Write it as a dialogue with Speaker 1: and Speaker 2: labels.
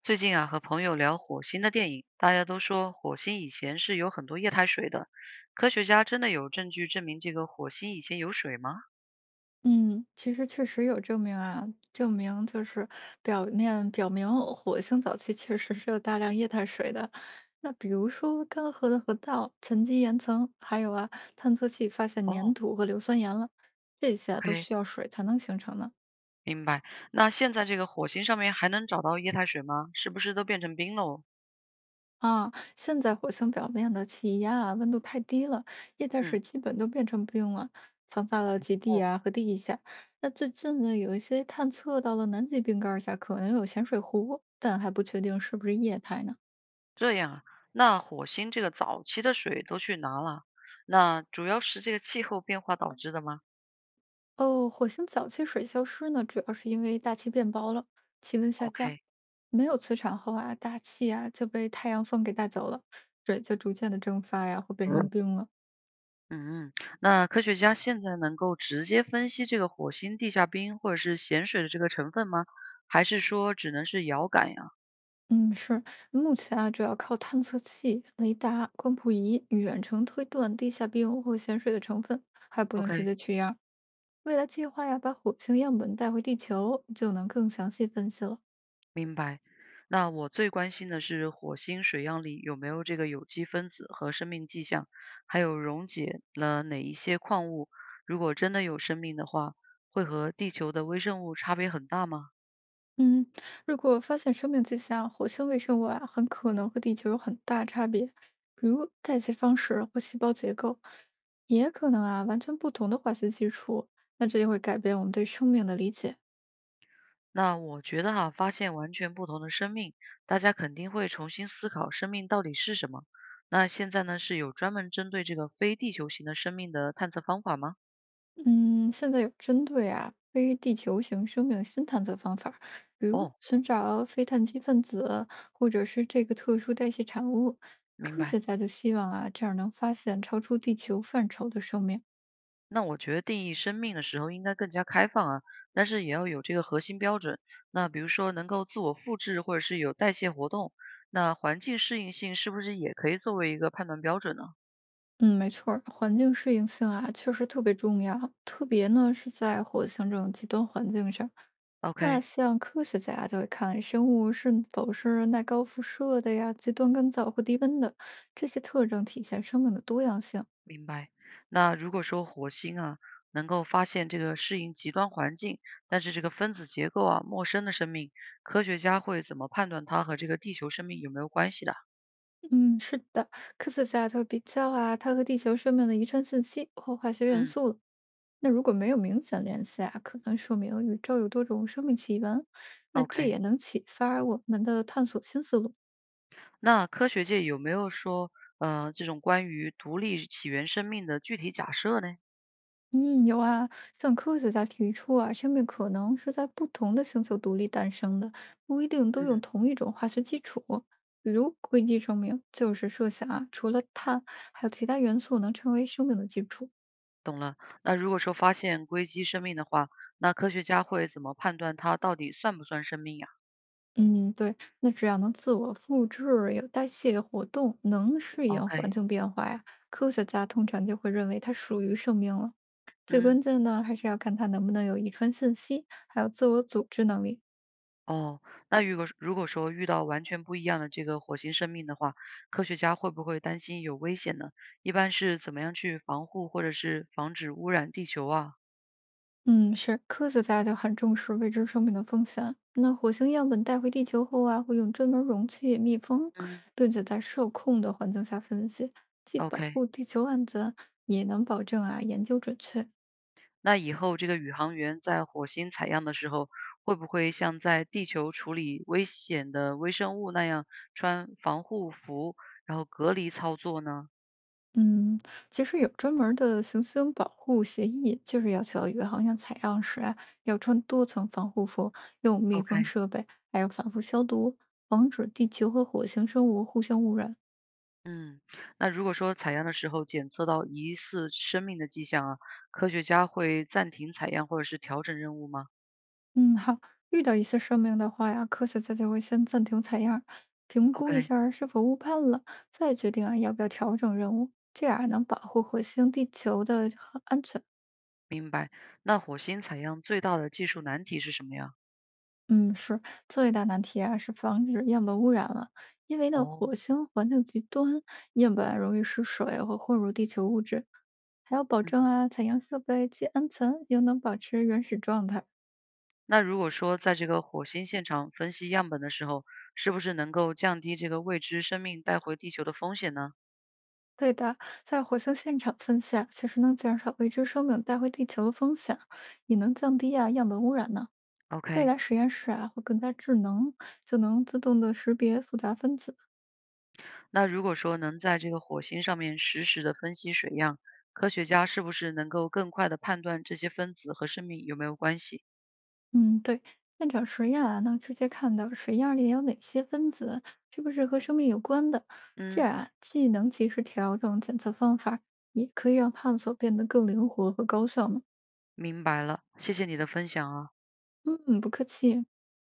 Speaker 1: 最近啊，和朋友聊火星的电影，大家都说火星以前是有很多液态水的。科学家真的有证据证明这个火星以前有水吗？
Speaker 2: 嗯，其实确实有证明啊，证明就是表面表明火星早期确实是有大量液态水的。那比如说干涸的河道、沉积岩层，还有啊探测器发现粘
Speaker 1: 哦
Speaker 2: 土和硫酸盐了，这些啊都
Speaker 1: ，OK，
Speaker 2: 需要水才能形成呢。
Speaker 1: 明白。那现在这个火星上面还能找到液态水吗？是不是都变成冰喽？
Speaker 2: 啊，现在火星表面的气压啊，温度太低了，液态
Speaker 1: 嗯，
Speaker 2: 水基本都变成冰了，藏在了极地
Speaker 1: 哦，
Speaker 2: 啊和地下。那最近呢，有一些探测到了南极冰盖儿下可能有咸水湖，但还不确定是不是液态呢。
Speaker 1: 这样啊。那火星这个早期的水都去哪了？那主要是这个气候变化导致的吗
Speaker 2: 哦，火星早期水消失呢，主要是因为大气变薄了，气温下降，
Speaker 1: ？OK。
Speaker 2: 没有磁场后啊，大气啊就被太阳风给带走了，水就逐渐的蒸发呀，或变成冰了。
Speaker 1: 嗯，那科学家现在能够直接分析这个火星地下冰或者是咸水的这个成分吗？还是说只能是遥感呀
Speaker 2: 嗯，是，目前啊，主要靠探测器、雷达、光谱仪远程推断地下冰或咸水的成分，还不能直
Speaker 1: ？OK，
Speaker 2: 接取样儿，未来计划呀，把火星样本带回地球，就能更详细分析了。
Speaker 1: 明白。那我最关心的是火星水样里有没有这个有机分子和生命迹象，还有溶解了哪一些矿物。如果真的有生命的话，会和地球的微生物差别很大吗？
Speaker 2: 嗯，如果发现生命迹象，火星微生物啊，很可能和地球有很大差别，比如代谢方式或细胞结构，也可能啊，完全不同的化学基础，那这就会改变我们对生命的理解。
Speaker 1: 那我觉得哈，发现完全不同的生命，大家肯定会重新思考生命到底是什么。那现在呢，是有专门针对这个非地球型的生命的探测方法吗？
Speaker 2: 嗯，现在有针对啊非地球型生命新探测方法儿，比如
Speaker 1: 哦，
Speaker 2: 寻找非碳基分子，或者是这个特殊代谢产物。
Speaker 1: 明
Speaker 2: 科学
Speaker 1: 白。
Speaker 2: 家就希望啊，这样能发现超出地球范畴的生命。
Speaker 1: 那我觉得定义生命的时候应该更加开放啊，但是也要有这个核心标准。那比如说能够自我复制，或者是有代谢活动，那环境适应性是不是也可以作为一个判断标准呢
Speaker 2: 嗯，没错儿，环境适应性啊，确实特别重要，特别呢是在火星这种极端环境上。那
Speaker 1: ？OK，
Speaker 2: 像科学家就会看生物是否是耐高辐射的呀、极端干燥或低温的，这些特征体现生命的多样性。
Speaker 1: 明白。那如果说火星啊能够发现这个适应极端环境，但是这个分子结构啊陌生的生命，科学家会怎么判断它和这个地球生命有没有关系的？
Speaker 2: 嗯，是的，科学家就比较啊，它和地球生命的遗传信息或化学元
Speaker 1: 嗯，
Speaker 2: 素。那如果没有明显联系啊，可能说明宇宙有多种生命起源。那这
Speaker 1: OK，
Speaker 2: 也能启发我们的探索新思路。
Speaker 1: 那科学界有没有说，这种关于独立起源生命的具体假设呢？
Speaker 2: 嗯，有啊，像科学家提出啊，生命可能是在不同的星球独立诞生的，不一定都用
Speaker 1: 嗯，
Speaker 2: 同一种化学基础。比如硅基生命，就是设想啊，除了碳，还有其他元素能成为生命的基础。
Speaker 1: 懂了。那如果说发现硅基生命的话，那科学家会怎么判断它到底算不算生命呀
Speaker 2: 嗯，对，那只要能自我复制、有代谢活动、能适应环
Speaker 1: ？OK，
Speaker 2: 境变化呀，科学家通常就会认为它属于生命了。最
Speaker 1: 嗯。
Speaker 2: 关键呢，还是要看它能不能有遗传信息，还有自我组织能力。
Speaker 1: 哦，那如果说遇到完全不一样的这个火星生命的话，科学家会不会担心有危险呢？一般是怎么样去防护或者是防止污染地球啊
Speaker 2: 嗯，是，科学家就很重视未知生命的风险。那火星样本带回地球后啊，会用专门容器密封，
Speaker 1: 嗯，
Speaker 2: 并且在受控的环境下分析，既保
Speaker 1: ？OK，
Speaker 2: 护地球安全，也能保证啊研究准确。
Speaker 1: 那以后这个宇航员在火星采样的时候，会不会像在地球处理危险的微生物那样穿防护服，然后隔离操作呢
Speaker 2: 嗯，其实有专门儿的行星保护协议，就是要求宇航员采样时啊，要穿多层防护服，用密封
Speaker 1: ？OK。
Speaker 2: 设备，还要反复消毒，防止地球和火星生物互相污染。
Speaker 1: 嗯，那如果说采样的时候检测到疑似生命的迹象啊，科学家会暂停采样或者是调整任务吗
Speaker 2: 嗯，好，遇到一些生命的话呀，科学家就会先暂停采样，评估一
Speaker 1: ？OK，
Speaker 2: 下儿是否误判了，再决定啊要不要调整任务，这样啊能保护火星、地球的安全。
Speaker 1: 明白。那火星采样最大的技术难题是什么呀？
Speaker 2: 嗯，是，最大难题啊是防止样本污染了，因为呢，
Speaker 1: 哦，
Speaker 2: 火星环境极端，样本啊容易失水或混入地球物质，还要保
Speaker 1: 嗯，
Speaker 2: 证啊采样设备既安全又能保持原始状态。
Speaker 1: 那如果说在这个火星现场分析样本的时候，是不是能够降低这个未知生命带回地球的风险呢
Speaker 2: 对的，在火星现场分析啊，其实能减少未知生命带回地球的风险，也能降低啊样本污染呢。未
Speaker 1: ？OK，
Speaker 2: 来实验室啊会更加智能，就能自动的识别复杂分子。
Speaker 1: 那如果说能在这个火星上面实时的分析水样，科学家是不是能够更快的判断这些分子和生命有没有关系？
Speaker 2: 嗯，对，现场实验啊，能直接看到水样里有哪些分子，是不是和生命有关的。这
Speaker 1: 嗯。
Speaker 2: 样啊，既能及时调整检测方法，也可以让探索变得更灵活和高效呢。
Speaker 1: 明白了，谢谢你的分享啊。
Speaker 2: 嗯，不客气。